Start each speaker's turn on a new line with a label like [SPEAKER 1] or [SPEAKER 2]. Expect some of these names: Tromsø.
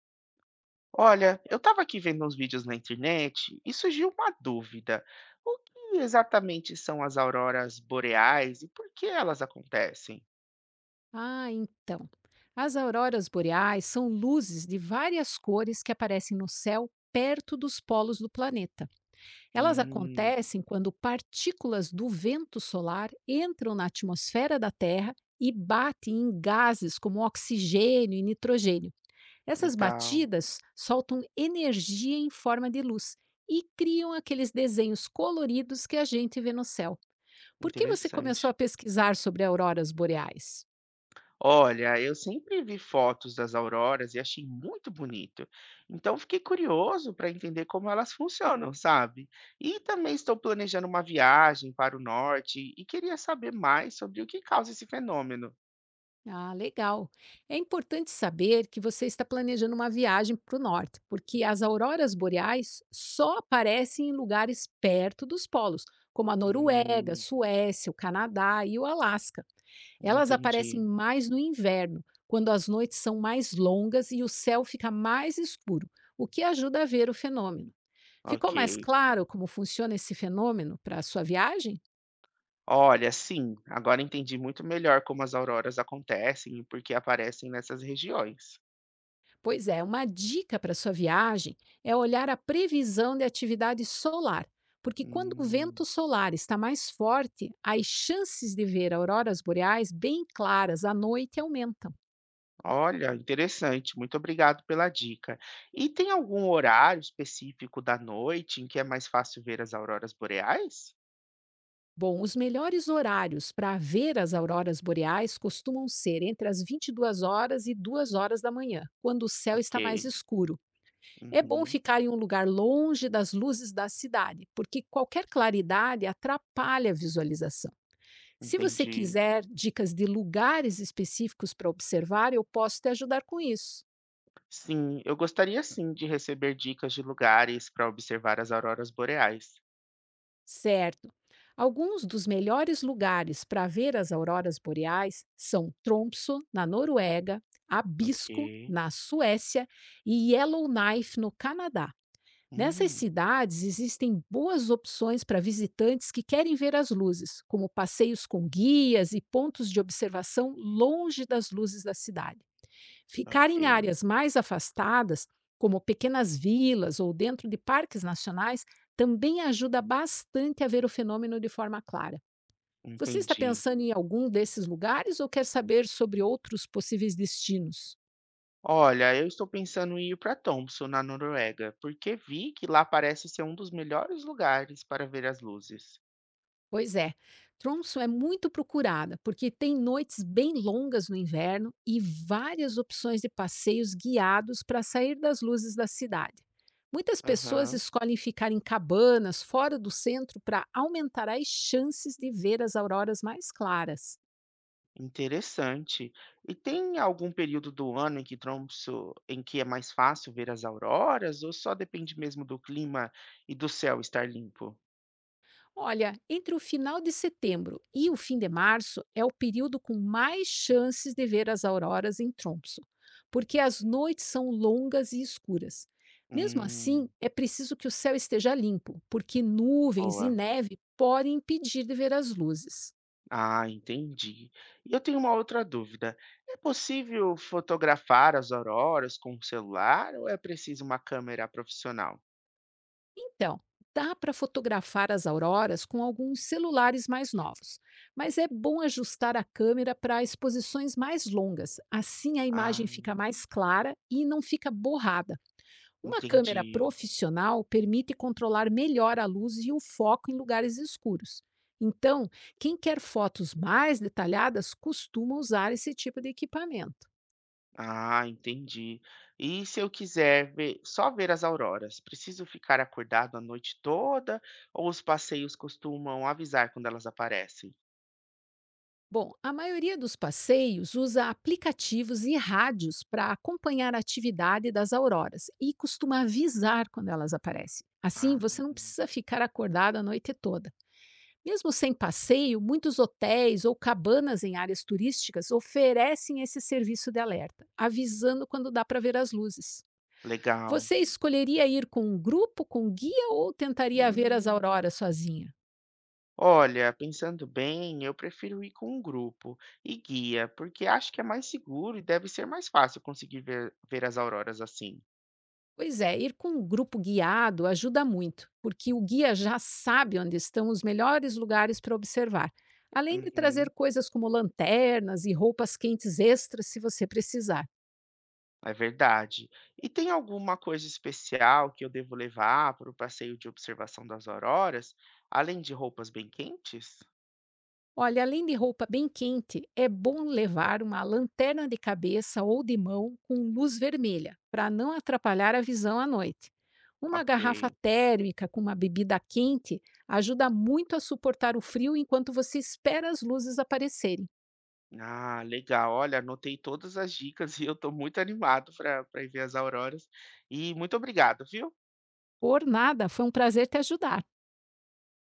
[SPEAKER 1] Olha, eu estava aqui vendo uns vídeos na internet e surgiu uma dúvida. O que exatamente são as auroras boreais e por que elas acontecem?
[SPEAKER 2] Ah, então. As auroras boreais são luzes de várias cores que aparecem no céu perto dos polos do planeta. Elas
[SPEAKER 1] Hum,
[SPEAKER 2] acontecem quando partículas do vento solar entram na atmosfera da Terra e batem em gases como oxigênio e nitrogênio. Essas
[SPEAKER 1] legal,
[SPEAKER 2] batidas soltam energia em forma de luz e criam aqueles desenhos coloridos que a gente vê no céu. Por que você começou
[SPEAKER 1] interessante.
[SPEAKER 2] a pesquisar sobre auroras boreais?
[SPEAKER 1] Olha, eu sempre vi fotos das auroras e achei muito bonito. Então fiquei curioso para entender como elas funcionam, sabe? E também estou planejando uma viagem para o norte e queria saber mais sobre o que causa esse fenômeno.
[SPEAKER 2] Ah, legal. É importante saber que você está planejando uma viagem para o norte, porque as auroras boreais só aparecem em lugares perto dos polos, como a Noruega,
[SPEAKER 1] Hum,
[SPEAKER 2] Suécia, o Canadá e o Alasca. Elas aparecem
[SPEAKER 1] entendi.
[SPEAKER 2] mais no inverno, quando as noites são mais longas e o céu fica mais escuro, o que ajuda a ver o fenômeno. Ficou
[SPEAKER 1] Ok.
[SPEAKER 2] mais claro como funciona esse fenômeno para a sua viagem?
[SPEAKER 1] Olha, sim, agora entendi muito melhor como as auroras acontecem e por que aparecem nessas regiões.
[SPEAKER 2] Pois é, uma dica para sua viagem é olhar a previsão de atividade solar, porque quando o
[SPEAKER 1] Hum,
[SPEAKER 2] vento solar está mais forte, as chances de ver auroras boreais bem claras à noite aumentam.
[SPEAKER 1] olha, interessante. Muito obrigado pela dica. E tem algum horário específico da noite em que é mais fácil ver as auroras boreais?
[SPEAKER 2] Bom, os melhores horários para ver as auroras boreais costumam ser entre as 22 horas e 2 horas da manhã, quando o céu está mais
[SPEAKER 1] Ok.
[SPEAKER 2] escuro. É bom
[SPEAKER 1] Uhum,
[SPEAKER 2] ficar em um lugar longe das luzes da cidade, porque qualquer claridade atrapalha a visualização. Se você
[SPEAKER 1] entendi.
[SPEAKER 2] quiser dicas de lugares específicos para observar, eu posso te ajudar com isso.
[SPEAKER 1] Sim, eu gostaria sim de receber dicas de lugares para observar as auroras boreais.
[SPEAKER 2] Certo. Alguns dos melhores lugares para ver as auroras boreais são Tromsø, na Noruega, Abisko,
[SPEAKER 1] Ok.
[SPEAKER 2] na Suécia e Yellowknife, no Canadá. Nessas
[SPEAKER 1] Hum,
[SPEAKER 2] cidades existem boas opções para visitantes que querem ver as luzes, como passeios com guias e pontos de observação longe das luzes da cidade. Ficar em
[SPEAKER 1] ok.
[SPEAKER 2] áreas mais afastadas, como pequenas vilas ou dentro de parques nacionais, também ajuda bastante a ver o fenômeno de forma clara. Você está
[SPEAKER 1] Entendi.
[SPEAKER 2] pensando em algum desses lugares ou quer saber sobre outros possíveis destinos?
[SPEAKER 1] Olha, eu estou pensando em ir para Tromsø, na Noruega, porque vi que lá parece ser um dos melhores lugares para ver as luzes.
[SPEAKER 2] Pois é, Tromso é muito procurada porque tem noites bem longas no inverno e várias opções de passeios guiados para sair das luzes da cidade. Muitas pessoas
[SPEAKER 1] Aham,
[SPEAKER 2] escolhem ficar em cabanas fora do centro para aumentar as chances de ver as auroras mais claras.
[SPEAKER 1] interessante. E tem algum período do ano em que Tromsø, em que é mais fácil ver as auroras, ou só depende mesmo do clima e do céu estar limpo?
[SPEAKER 2] Olha, entre o final de setembro e o fim de março é o período com mais chances de ver as auroras em Tromso, porque as noites são longas e escuras. Mesmo assim,
[SPEAKER 1] Hum,
[SPEAKER 2] é preciso que o céu esteja limpo, porque nuvens e
[SPEAKER 1] boa.
[SPEAKER 2] neve podem impedir de ver as luzes.
[SPEAKER 1] Ah, entendi. E eu tenho uma outra dúvida. É possível fotografar as auroras com o celular ou é preciso uma câmera profissional?
[SPEAKER 2] Então, dá para fotografar as auroras com alguns celulares mais novos, mas é bom ajustar a câmera para exposições mais longas, assim a
[SPEAKER 1] Ah,
[SPEAKER 2] imagem fica mais clara e não fica borrada. Uma câmera
[SPEAKER 1] entendi.
[SPEAKER 2] profissional permite controlar melhor a luz e o foco em lugares escuros. Então, quem quer fotos mais detalhadas costuma usar esse tipo de equipamento.
[SPEAKER 1] Ah, entendi. E se eu quiser ver, só ver as auroras, preciso ficar acordado a noite toda ou os passeios costumam avisar quando elas aparecem?
[SPEAKER 2] Bom, a maioria dos passeios usa aplicativos e rádios para acompanhar a atividade das auroras e costuma avisar quando elas aparecem. Assim,
[SPEAKER 1] Ah,
[SPEAKER 2] você não precisa ficar acordado a noite toda. Mesmo sem passeio, muitos hotéis ou cabanas em áreas turísticas oferecem esse serviço de alerta, avisando quando dá para ver as luzes.
[SPEAKER 1] legal.
[SPEAKER 2] Você escolheria ir com um grupo, com guia ou tentaria ver as
[SPEAKER 1] Hum.
[SPEAKER 2] auroras sozinha?
[SPEAKER 1] Olha, pensando bem, eu prefiro ir com um grupo e guia, porque acho que é mais seguro e deve ser mais fácil conseguir ver as auroras assim.
[SPEAKER 2] Pois é, ir com um grupo guiado ajuda muito, porque o guia já sabe onde estão os melhores lugares para observar, além de trazer
[SPEAKER 1] Uhum.
[SPEAKER 2] coisas como lanternas e roupas quentes extras se você precisar.
[SPEAKER 1] É verdade. E tem alguma coisa especial que eu devo levar para o passeio de observação das auroras, além de roupas bem quentes?
[SPEAKER 2] Olha, além de roupa bem quente, é bom levar uma lanterna de cabeça ou de mão com luz vermelha, para não atrapalhar a visão à noite. Uma garrafa
[SPEAKER 1] Ok.
[SPEAKER 2] térmica com uma bebida quente ajuda muito a suportar o frio enquanto você espera as luzes aparecerem.
[SPEAKER 1] Ah, legal. Olha, anotei todas as dicas e eu estou muito animado para ver as auroras. E muito obrigado, viu?
[SPEAKER 2] Por nada, foi um prazer te ajudar.